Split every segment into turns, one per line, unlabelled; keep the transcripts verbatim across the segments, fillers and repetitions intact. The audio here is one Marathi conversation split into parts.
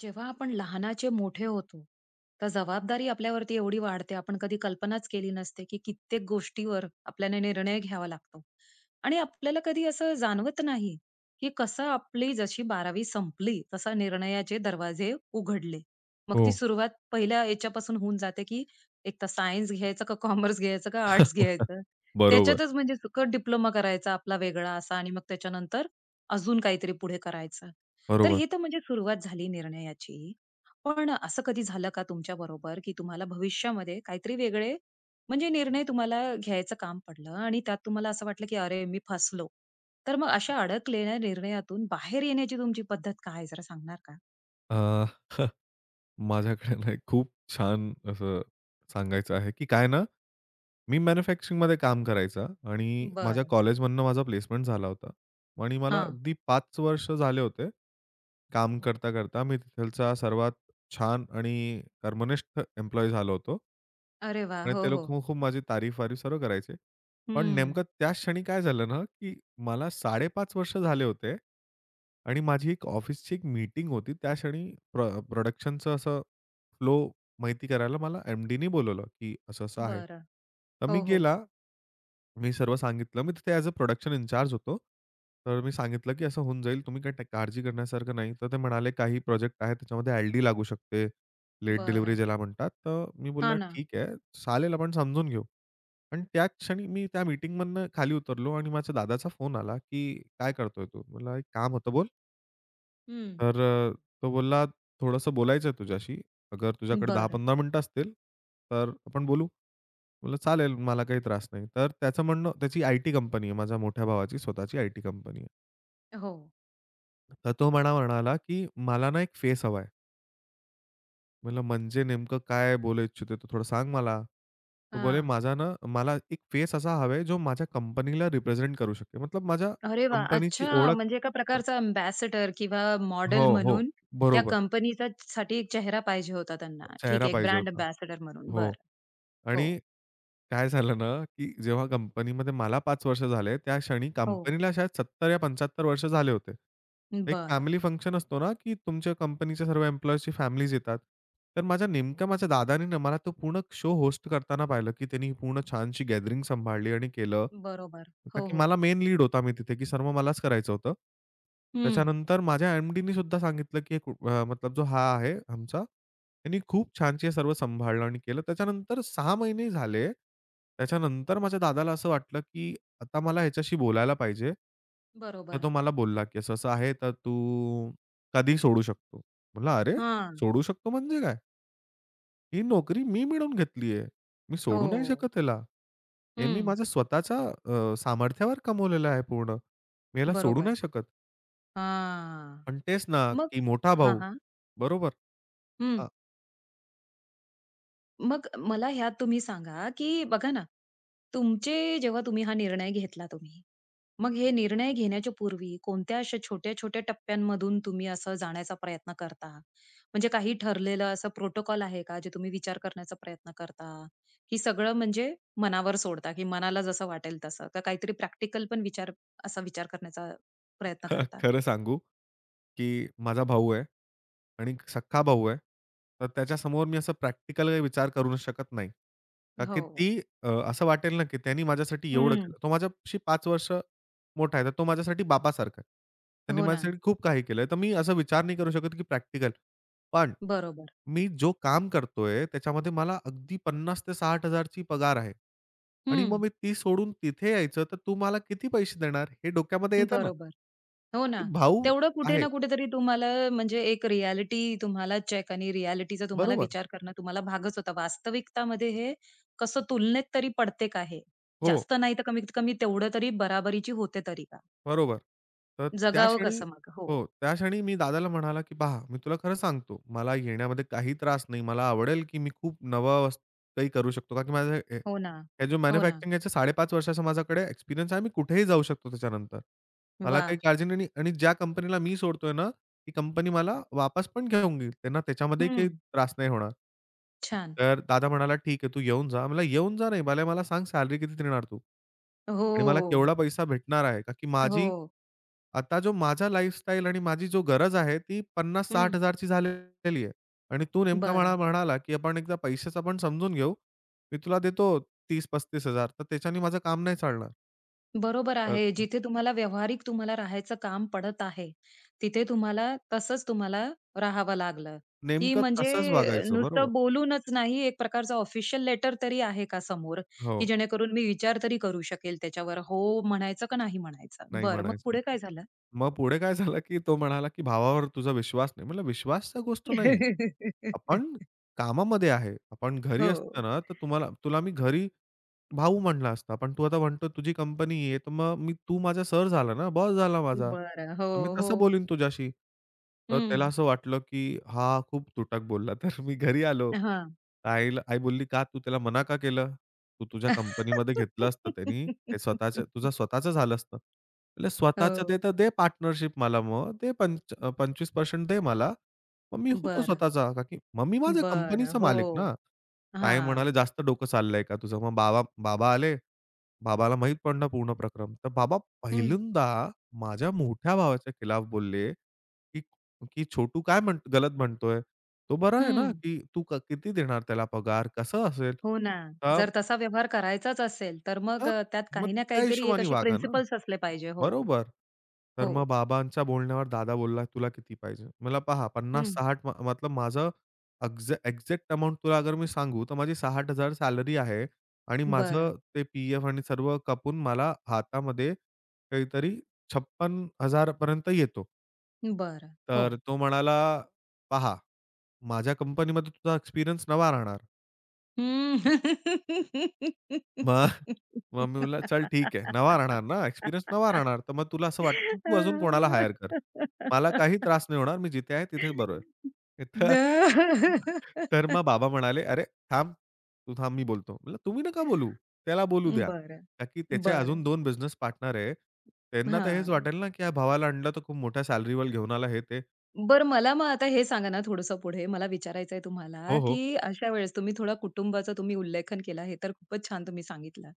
जेव्हा आपण लहानाचे मोठे होतो, तर जबाबदारी आपल्यावरती एवढी वाढते, आपण कधी कल्पनाच केली नसते, की कित्येक गोष्टीवर आपल्याला निर्णय घ्यावा लागतो. आणि आपल्याला कधी असं जाणवत नाही, की कसं आपली जशी बारावी संपली, तसा निर्णयाचे दरवाजे उघडले. मग
हो.
ती सुरुवात पहिल्या याच्यापासून होऊन जाते, की एक तर सायन्स घ्यायचं का कॉमर्स घ्यायचं का आर्ट्स घ्यायचं.
बरोबर,
त्याच्यातच म्हणजे डिप्लोमा करायचा आपला वेगळा असा आणि मग त्याच्यानंतर अजून काहीतरी पुढे करायचं. तर
बरोबर.
ही तर म्हणजे सुरुवात झाली निर्णयाची. पण असं कधी झालं का तुमच्या बरोबर, की तुम्हाला भविष्यामध्ये काहीतरी वेगळे म्हणजे निर्णय तुम्हाला घ्यायचं काम पडलं आणि त्यात तुम्हाला असं वाटलं, की "अरे, मी फसलो." तर मग अशा अडकलेल्या निर्णयातून बाहेर येण्याची तुमची पद्धत काय जरा सांगणार का?
अ, माझ्याकडे ना एक खूप छान असं सांगायचं आहे, की काय ना, मी मॅन्युफॅक्चरिंगमध्ये काम करायचा आणि माझ्या
बरं.
कॉलेजमधनं माझा प्लेसमेंट झाला होता आणि मला
हां.
अगदी पाच वर्ष झाले होते. काम करता-करता मी तिथलचा सर्वात छान आणि कर्मनिष्ठ एम्प्लॉयी झालो होतो.
अरे वाह!
आणि
हो,
ते
हो.
लोकं खूप माझी तारीफ-वारीफ सर्व करायचे. पण
हं.
नेमकं त्याच क्षणी काय झालं ना, की मला साडे पाच वर्ष झाले होते आणि माझी एक ऑफिसची एक मीटिंग होती. त्या क्षणी प्र प्रोडक्शनचं असं फ्लो माहिती करायला मला एम-डीनी बोलावलं, की असं-असं आहे.
बरं.
तर मी
हो, हो.
गेला मी सर्व सांगितलं. मी तिथे ॲज अ प्रोडक्शन इन्चार्ज होतो. तर मी सांगितलं, की असं होऊन जाईल. तुम्ही काही काळजी करण्यासारखं नाही. तर ते म्हणाले, "काही प्रोजेक्ट आहे त्याच्यामध्ये एल-डी लागू शकते, लेट डिलिव्हरी
बरं.
ज्याला म्हणतात." तर मी
हां
बोलला,
ना.
"ठीक आहे, चालेल आपण समजून घेऊ." पण त्या क्षणी मी त्या मीटिंगमधनं खाली उतरलो आणि माझ्या दादाचा फोन आला, की "काय करतोय तू? मला एक काम होतं बोल."
हं.
तर अ, तो बोलला, "थोडंसं बोलायचं आहे तुझ्याशी. अगर तुझ्याकडे
बरं.
दहा पंधरा मिनिटं असतील, तर आपण बोलू." म्हटलं, "चालेल, मला काही त्रास नाही." तर त्याचं म्हणणं त्याची आयटी कंपनी आहे. माझ्या मोठ्या भावाची स्वतःची आयटी कंपनी आहे.
हो.
तर तो मला म्हणाला, की "मला ना एक फेस हवा आहे." म्हटलं, "म्हणजे नेमकं काय बोलू इच्छिते तू थोडं सांग मला." तो बोले,
हां.
"माझा ना मला एक फेस असा हवा आहे, जो माझ्या कंपनीला रिप्रेझेंट करू शकेल." मतलब माझ्या
अरे वाह!
कंपनीची
अच्छा,
ओळख
म्हणजे एका प्रकारचा अँबॅसेडर किंवा मॉडेल
हो, हो.
म्हणून त्या
बरोबर.
कंपनीचा साठी एक चेहरा पाहिजे होता त्यांना. ठीक
चेहरा
आहे, एक
पाहिजे
ब्रँड
होता.
अँबॅसेडर म्हणून.
हो.
बरं.
आणि
हो,
काय झालं ना, की जेव्हा कंपनीमध्ये मला पाच वर्ष झाले, त्या क्षणी
हो.
कंपनीला शायद सत्तर या पंच्याहत्तर वर्ष झाले होते. एक
बरं.
फॅमिली फंक्शन असतो ना, की तुमच्या कंपनीच्या सर्व एम्प्लॉईजची फॅमिलीज येतात. तर माझ्या नेमका माझ्या दादानी ना मला तो पूर्ण शो होस्ट करताना पाहिलं, की त्यांनी पूर्ण छानशी गॅदरिंग सांभाळली आणि केलं.
बरोबर.
का
हो,
की
हो.
मला मेन लीड होता मी तिथे, की सर्व मलाच करायचं होतं.
हं.
त्याच्यानंतर माझ्या एम-डीनी सुद्धा सांगितलं, की एक अ, मतलब जो हा आहे आमचा त्यांनी खूप छान ते सर्व सांभाळलं आणि केलं. त्याच्यानंतर सहा महिने झाले. त्याच्यानंतर माझ्या दादाला असं वाटलं, की आता मला ह्याच्याशी बोलायला पाहिजे. तर
बरोबर.
तो मला बोलला, की "असं-असं आहे तर तू कधी सोडू शकतो?" म्हटलं, "अरे!
हां.
सोडू शकतो म्हणजे काय? ही नोकरी मी मिळवून घेतली आहे. मी सोडू नाही
हो.
शकत याला. हे मी
हं.
माझ्या स्वतःच्या अ, सामर्थ्यावर कमवलेलं आहे पूर्ण. मी याला सोडू
बरोबर.
नाही शकत."
हां.
पण तेच ना,
मग?
की मोठा
हां,
भाऊ
हां.
बरोबर. अ,
मग मला ह्यात तुम्ही सांगा, की बघा ना, तुमचे जेव्हा तुम्ही हा निर्णय घेतला तुम्ही, मग हे निर्णय घेण्याच्या पूर्वी कोणत्या अशा छोट्या-छोट्या टप्प्यांमधून तुम्ही असं जाण्याचा प्रयत्न करता? म्हणजे काही ठरलेलं असं प्रोटोकॉल आहे का, जे तुम्ही विचार करण्याचा प्रयत्न करता? की सगळं म्हणजे मनावर सोडता, की मनाला जसं वाटेल तसं? का काहीतरी प्रॅक्टिकल पण विचार असा विचार करण्याचा प्रयत्न करता?
खरं सांगू की माझा भाऊ आहे आणि सख्खा भाऊ आहे. तर त्याच्यासमोर मी असं प्रॅक्टिकल काही विचार करू शकत नाही. का की
हो.
ती अ, असं वाटेल ना की त्यानी माझ्यासाठी एवढं
हं.
केलं. तो माझ्याशी पाच वर्ष मोठा आहे. तर तो माझ्यासाठी बाबासारखा आहे. त्यांनी
हो ना.
माझ्यासाठी खूप काही केलंय. तर मी असा विचार नाही करू शकत की प्रॅक्टिकल. पण
बरोबर.
मी जो काम करतोय त्याच्यामध्ये मला अगदी पन्नास हजार ते साठ हजार ची पगार आहे. आणि मग
हं,
मी ती सोडून तिथे यायचं तर तू मला किती पैसे देणार? हे डोक्यामध्ये येतं ना.
बरोबर. हो ना.
की भाऊ
तेवढं कुठे
आहे.
ना कुठेतरी तुम्हाला म्हणजे एक रिअॅलिटी तुम्हाला चेक आणि रिअॅलिटीचा तुम्हाला
बरोबर.
विचार करणं तुम्हाला भागच होता. वास्तविकतामध्ये हे कसं तुलनेत तरी पडते का हे?
हो,
जास्त नाही तर कमीत कमी तेवढं तरी बराबरीची होते तरी का?
बरोबर. तर त्या
जगावं
क्षणी
कसं मग? हो.
हो, त्या क्षणी मी दादाला म्हणाला, की "पहा, मी तुला खरं सांगतो, मला येण्यामध्ये काही त्रास नाही. मला आवडेल, की मी खूप नवं वस काही करू शकतो." का की माझं हे
हो ना.
हे जो
हो ना.
मॅन्युफॅक्चरिंग याचा साडे पाच वर्षाचा माझ्याकडे एक्सपिरियन्स आहे. मी कुठेही जाऊ शकतो त्याच्यानंतर. मला
वाह!
काही काळजी नाही आणि ज्या कंपनीला मी सोडतोय ना, ती कंपनी मला वापस पण घेऊन घेईल. त्यांना त्याच्यामध्ये काही
हं.
त्रास नाही होणार.
छान.
तर दादा म्हणाला, "ठीक आहे, तू येऊन जा." म्हणलं, "येऊन जा नाही, भले मला सांग सॅलरी किती देणार तू?
हो, हो,
आणि मला
हो.
केवढा पैसा भेटणार आहे?" का की
हो.
माझी आता जो माझा लाईफस्टाईल आणि माझी जो गरज आहे, ती पन्नास हजार-साठ हजार ची झालेली आहे. आणि तू नेमका
बरं.
मला म्हणाला, की आपण एकदा पैशाचं पण समजून घेऊ. मी तुला देतो तीस हजार-पस्तीस हजार तर त्याच्याने माझं काम नाही चालणार.
बरोबर
तर
आहे. जिथे तुम्हाला व्यावहारिक तुम्हाला राहायचं काम पडत आहे, तिथे तुम्हाला तसंच तुम्हाला राहावं लागलं, की
नेमकं
म्हणजे
तसंच
अ,
वागायचं. बरोबर.
नुसतं बोलूनच नाही एक प्रकारचा ऑफिशियल लेटर तरी आहे का समोर, की
हो,
जेणेकरून मी विचार तरी करू शकेल त्याच्यावर हो म्हणायचं का नाही म्हणायचं?
नाही
बर मग
म्हणायचं.
पुढे काय झालं?
मग पुढे काय झालं, की तो म्हणाला, की भावावर तुझा विश्वास नाही. म्हटलं विश्वासचा गोष्ट नाही. आपण कामामध्ये आहे. आपण घरी असतो
हो.
ना, तर तुम्हाला तुला मी घरी भाऊ म्हणला असता. पण तू आता म्हणतो तुझी कंपनी आहे, तर मग मी तू माझा सर झाला ना, बॉस झाला माझा.
बरं. हो,
तर मी तसं
हो.
बोलीन तुझ्याशी. तर त्याला
हं.
असं वाटलं, की हा खूप तुटक बोलला. तर मी घरी आलो.
हां.
तर आईला आई बोलली, "का तू त्याला मना का केलं? तू तुझ्या कंपनीमध्ये घेतलं असतं त्यानी. ते स्वतःचं तुझं स्वतःचं झालं असतं." म्हटलं, "स्वतःचं दे,
हो.
तर दे पार्टनरशिप मला मग. दे पंच पंचवीस टक्के दे मला. मग मी होतो
बरं.
स्वतःचा." का की मग मी माझ्या
बरं.
कंपनीचा
हो.
मालिक ना. ताई
हां.
म्हणाले, "जास्त डोकं चाललंय का तुझं?" मग बाबा बाबा आले. बाबाला माहीत पडलं पूर्ण प्रकरण. तर बाबा पहिल्यांदा माझ्या मोठ्या भावाच्या खिलाफ बोलले, की की "छोटू काय म्हण गलत म्हणतोय? तो बरा आहे ना,
हं.
की तू क- किती देणार त्याला पगार? कसं असेल?"
हो ना.
तर
जर तसा व्यवहार करायचाच असेल, तर मग
तर
अ, त्यात
मग
काही ना
त्या
काहीतरी एक
हिशोबाने
असे
वागा ना.
प्रिन्सिपल्स असले पाहिजे. हो,
बरोबर. तर
हो.
मग बाबांच्या बोलण्यावर दादा बोलला, "तुला किती पाहिजे?" मला पहा
हं.
पन्नास साठ म मतलब माझं अक्झॅ एक्झॅक्ट अमाउंट तुला अगर मी सांगू, तर माझी साठ हजार सॅलरी आहे आणि
बरं,
माझं ते पी-एफ आणि सर्व कापून मला हातामध्ये काहीतरी छप्पन्न हजार पर्यंत येतो.
बरं. हो.
तर तो म्हणाला, "पहा, माझ्या कंपनीमध्ये तुझा एक्सपिरियन्स नवा राहणार."
हं.
मग मग मी बोलला, "चल ठीक आहे, नवा राहणार ना, एक्सपिरियन्स नवा राहणार. तर मग तुला असं वाटतं तू अजून कोणाला हायर कर. मला काही त्रास नाही होणार. मी जिथे आहे तिथेच बरोबर आहे." तर
द
तर मग बाबा म्हणाले, "अरे थांब, तू थांब मी बोलतो." म्हटलं, "तुम्ही नका बोलू, त्याला बोलू द्या."
बरं,
का की त्याचे अजून
बरं.
दोन बिझनेस पार्टनर आहे. त्यांना तर हेच वाटेल ना, की या भावाला आणलं तर खूप मोठ्या सॅलरीवर घेऊन आला हे ते.
बर मला मग आता हे सांगा ना थोडंसं पुढे, मला विचारायचंय तुम्हाला,
हो, हो.
की अशा वेळेस तुम्ही थोडा कुटुंबाचा तुम्ही उल्लेखन केला, हे तर खूपच छान तुम्ही सांगितलं.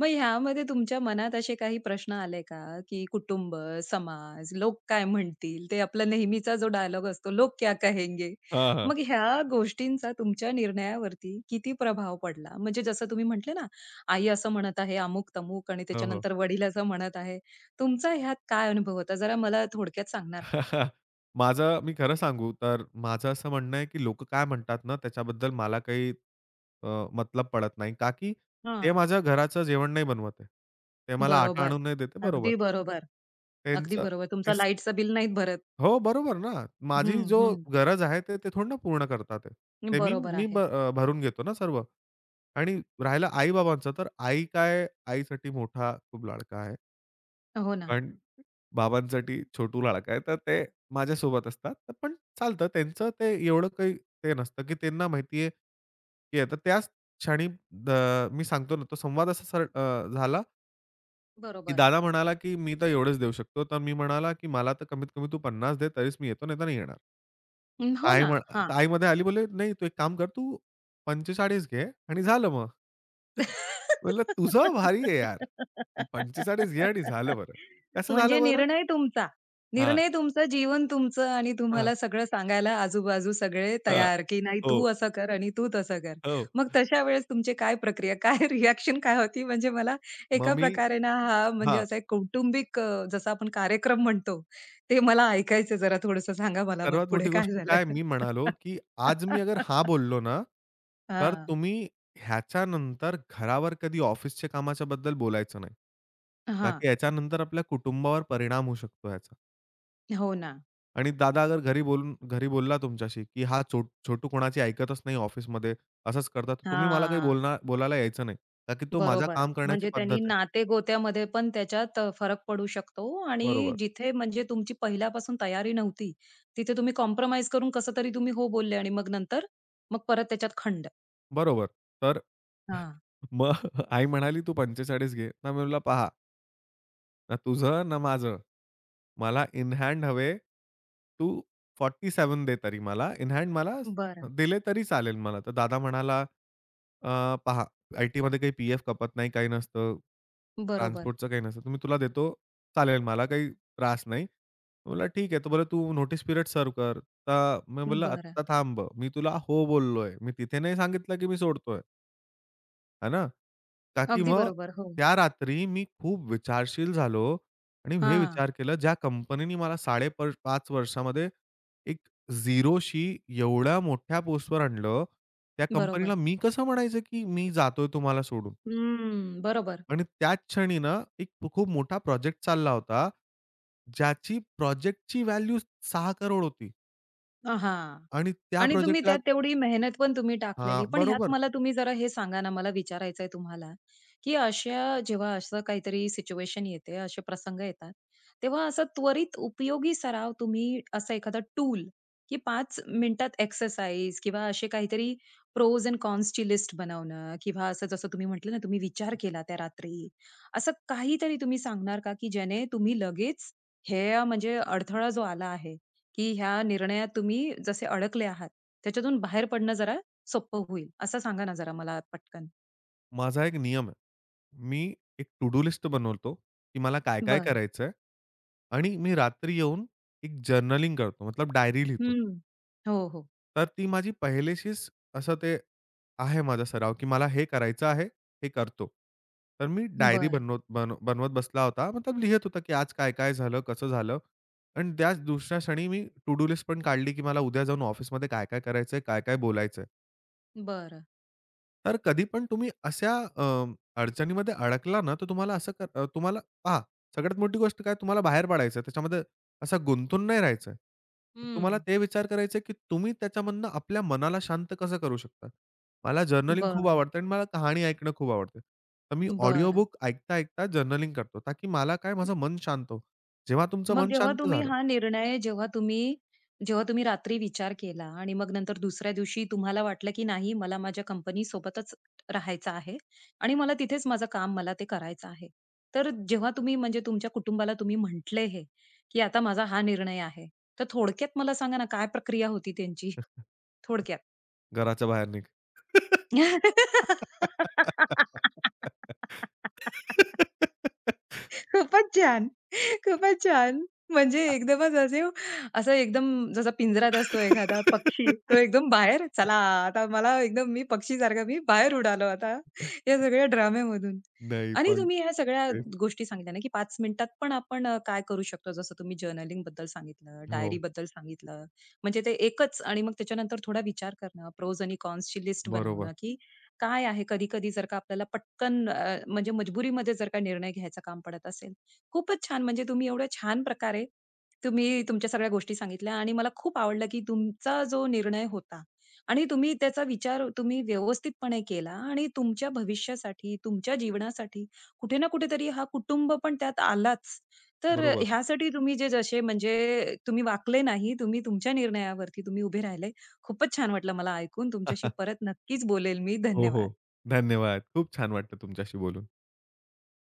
मग ह्यामध्ये तुमच्या मनात असे काही प्रश्न आले का, की कुटुंब, समाज, लोक काय म्हणतील? ते आपला नेहमीचा जो डायलॉग असतो, "लोग क्या कहेंगे?"
हां, हां.
मग ह्या गोष्टींचा तुमच्या निर्णयावरती किती प्रभाव पडला? म्हणजे जसं तुम्ही म्हटले ना, आई असं म्हणत आहे, अमुक-तमुक आणि
हो, हो.
त्याच्यानंतर वडील असं म्हणत आहे. तुमचा ह्यात काय अनुभव होता? जरा मला थोडक्यात सांगणार का?
माझं मी खरं सांगू तर माझं असं म्हणणं आहे, की लोकं काय म्हणतात ना त्याच्याबद्दल मला काही अ, मतलब पडत नाही. का की ते माझ्या घराचं जेवण नाही बनवत आहे. ते मला आटा
बरोबर.
आणून नाही देते बरोबर.
अगदी बरोबर. अगदी
त्यांचं
बरोबर. तुमचं
तेच
लाईटचं बिल नाहीत भरत.
हो, बरोबर ना. माझी
हं,
जो
हं.
गरज आहे ते, ते थोडी ना पूर्ण करतात आहे. ते मी
बरोबर
मी भ
आहे.
अ, भरून घेतो ना सर्व. आणि राहिलं आई-बाबांचं तर आई काय आईसाठी मोठा खूप लाडका आहे.
हो ना.
पण बाबांसाठी छोटू लाडका आहे. तर ते माझ्यासोबत असतात. तर पण चालतं त्यांचं ते एवढं काही ते नसतं, की त्यांना माहिती आहे, की आता त्याच क्षणी द मी सांगतो ना, तो संवाद असा सर अ, झाला, की
बरोबर.
दादा म्हणाला, की "मी तर एवढंच देऊ शकतो." तर मी म्हणाला, की "मला तर कमीत कमी तू पन्नास दे, तरीच मी येतो, नाही तर नाही येणार."
हं,
तर
हो
आई
ना.
म्ह
हां.
तर आई मध्ये आली बोलली, "नाही, तू एक काम कर, तू पंचेचाळीस घे आणि झालं मग." म्हणलं, "तुझं भारी आहे यार, की पंचेचाळीस घे आणि झालं बरं." कसं
म्हणजे
झालं बरं?
निर्णय तुमचा.
हां,
निर्णय तुमचं, जीवन तुमचं आणि
हां.
तुम्हाला सगळं सांगायला आजूबाजू सगळे
हां.
तयार, की नाही तू
हो,
असं कर आणि तू तसं कर.
हो.
मग तशा वेळेस तुमची काय प्रक्रिया, काय रिएक्शन काय होती? म्हणजे मला
मग
एका
मी
प्रकारे ना हा म्हणजे
हां.
असा एक कौटुंबिक अ, जसा आपण कार्यक्रम म्हणतो, ते मला ऐकायचं जरा थोडंसं सांगा मला मग
सर्वात
पुढे
मोठी
काय
गोष्ट काय
झालं?
मी म्हणालो, की आज मी अगर हां बोललो ना, तर
हां.
तुम्ही ह्याच्यानंतर घरावर कधी ऑफिसच्या कामाच्या बद्दल बोलायचं नाही. का
हां.
की याच्यानंतर आपल्या कुटुंबावर परिणाम होऊ शकतो याचा.
हो ना.
आणि दादा अगर घरी बोलून घरी बोलला तुमच्याशी, की हा छो छोटू कोणाची ऐकतच नाही ऑफिसमध्ये, असंच करतात. तुम्ही मला काही
हां.
बोलणार बोलायला यायचं नाही. का की तो माझं
बरोबर.
काम करण्याची
म्हणजे
पद्धत
त्यांनी
आहे.
नाते-गोत्यामध्ये पण त्याच्यात अ, फरक पडू शकतो आणि
बरोबर.
जिथे म्हणजे तुमची पहिल्यापासून तयारी नव्हती, तिथे तुम्ही कॉम्प्रोमाईज करून कसं तरी तुम्ही हो बोलले आणि मग नंतर मग परत त्याच्यात खंड.
बरोबर. तर
हां.
मग आई म्हणाली, "तू पंचेचाळीस घे." ना मी म्हटलं, "पहा, ना तुझं ना माझं. मला इन हँड हवे. तू सत्तेचाळीस दे तरी मला. इन हँड मला
बर,
दिले तरी चालेल मला." तर दादा म्हणाला, "अ, पहा, आय-टीमध्ये काही पी-एफ कपत नाही, काही नसतं.
बरोबर.
ट्रान्सपोर्टचं काही नसतं. तर तुला देतो. चालेल मला काही त्रास नाही." बोलला, "ठीक आहे." तो बोलला, "तू नोटीस पिरियड सर्व्ह कर." तर मी बोलला,
बरं.
"आत्ता थांब. मी तुला हो बोललोय. मी तिथे नाही सांगितलं की मी सोडतोय." है ना? का की
अगदी
मग
बरोबर. हो.
त्या रात्री मी खूप विचारशील झालो आणि हे
हां.
विचार केला, ज्या कंपनीनी मला साडे पाच वर्षामध्ये एक झिरोशी एवढ्या मोठ्या पोस्टवर आणलं, त्या
बरोबर.
कंपनीला मी कसं म्हणायचं, की मी जातोय तुम्हाला सोडून?
हम्म. बरोबर.
आणि त्याच क्षणी ना, एक खूप मोठा प्रोजेक्ट चालला होता, ज्याची प्रोजेक्टची व्हॅल्यू सहा करोड होती
अ,
आणि त्या
आणि तुम्ही
प्रोजेक्टला
त्यात तेवढी मेहनत पण तुम्ही
हां,
टाकलेली. पण ह्यात
बरोबर.
मला तुम्ही जरा हे सांगा ना, मला विचारायचं आहे तुम्हाला, की अशा जेव्हा असं काहीतरी सिच्युएशन येते, असे प्रसंग येतात, तेव्हा असं त्वरित उपयोगी सराव तुम्ही असं एखादा टूल, की पाच मिनिटात एक्सरसाइज किंवा असे काहीतरी प्रोज एंड कॉन्सची लिस्ट बनवणं किंवा असं जसं तुम्ही म्हटलं ना, तुम्ही विचार केला त्या रात्री. असं काहीतरी तुम्ही सांगणार का, की ज्याने तुम्ही लगेच हे म्हणजे अडथळा जो आला आहे, की ह्या निर्णयात तुम्ही जसे अडकले आहात, त्याच्यातून बाहेर पडणं जरा सोपं होईल. असं सांगा ना जरा मला पटकन?
माझा एक नियम आहे. मी एक टू डू लिस्ट बनवतो, की मला काय-काय
बरं.
करायचंय आणि मी रात्री येऊन एक जर्नलिंग करतो, मतलब डायरी लिहितो.
हं. हो, हो.
तर ती माझी पहिलेशीच असं ते आहे माझा सराव, की मला हे करायचं आहे, हे करतो. तर मी डायरी
बरं,
बनवत बन बनवत बसला होता, मतलब लिहित होता, की आज काय-काय झालं, कसं झालं आणि त्याच दुसऱ्या क्षणी मी टू डू लिस्ट पण काढली, की मला उद्या जाऊन ऑफिसमध्ये काय-काय करायचंय, काय-काय बोलायचंय.
बरं.
तर कधी पण तुम्ही अशा अ, अडचणीमध्ये अडकला ना, तर तुम्हाला असं कर अ, तुम्हाला पहा, सगळ्यात मोठी गोष्ट काय तुम्हाला बाहेर पडायचं आहे. त्याच्यामध्ये असं गुंतून नाही राहायचं आहे. तर तुम्हाला
हं.
ते विचार करायचे आहे, की तुम्ही त्याच्यामधनं आपल्या मनाला शांत कसं करू शकता? मला जर्नलिंग खूप
बरं,
आवडतं आणि मला कहाणी ऐकणं खूप आवडतं. तर मी ऑडिओ
बरं.
बुक ऐकता-ऐकता जर्नलिंग करतो. ताकी मला काय माझं मन शांत हो. जेव्हा तुमचं
मग
मन
जेव्हा
शांत
तुम्ही
झालं,
हा निर्णय जेव्हा तुम्ही जेव्हा तुम्ही रात्री विचार केला आणि मग नंतर दुसऱ्या दिवशी तुम्हाला वाटलं की नाही मला माझ्या कंपनी सोबतच राहायचं आहे आणि मला तिथेच माझं काम मला ते करायचं आहे. तर जेव्हा तुम्ही म्हणजे तुमच्या कुटुंबाला तुम्ही म्हटले हे, की आता माझा हा निर्णय आहे. तर थोडक्यात मला सांगा ना काय प्रक्रिया होती त्यांची? थोडक्यात.
घराच्या बाहेर निघ.
खूपच छान. खूपच छान. म्हणजे एकदमच असे असं एकदम जसा पिंजरात असतो एखादा पक्षी, तो एकदम बाहेर चला आता मला एकदम मी पक्षी पक्षीसारखा मी बाहेर उडालो आता या सगळ्या ड्राम्यामधून.
नाही
आणि
पण
तुम्ही ह्या सगळ्या
तेच.
गोष्टी सांगितल्या ना, की पाच मिनिटात पण आपण अ, काय करू शकतो जसं तुम्ही जर्नलिंगबद्दल सांगितलं,
हो.
डायरीबद्दल सांगितलं. म्हणजे ते एकच आणि मग त्याच्यानंतर थोडा विचार करणं, प्रोज आणि कॉन्सची लिस्ट
बरोबर,
बनवणं, की काय आहे कधी-कधी जर का आपल्याला पटकन अ, म्हणजे मजबुरीमध्ये जर का निर्णय घ्यायचं काम पडत असेल. खूपच छान म्हणजे तुम्ही एवढ्या छान प्रकारे तुम्ही तुमच्या सगळ्या गोष्टी सांगितल्या आणि मला खूप आवडलं, की तुमचा जो निर्णय होता आणि तुम्ही त्याचा विचार तुम्ही व्यवस्थितपणे केला आणि तुमच्या भविष्यासाठी, तुमच्या जीवनासाठी कुठे ना कुठेतरी हा कुटुंब पण त्यात आलाच. तर
बरोबर.
ह्यासाठी तुम्ही जे जसे म्हणजे तुम्ही वाकले नाही, तुम्ही तुमच्या निर्णयावरती तुम्ही उभे राहिले. खूपच छान वाटलं मला ऐकून. तुमच्याशी परत नक्कीच बोलेल मी.
हो, हो.
धन्यवाद.
धन्यवाद. खूप छान वाटलं तुमच्याशी बोलून.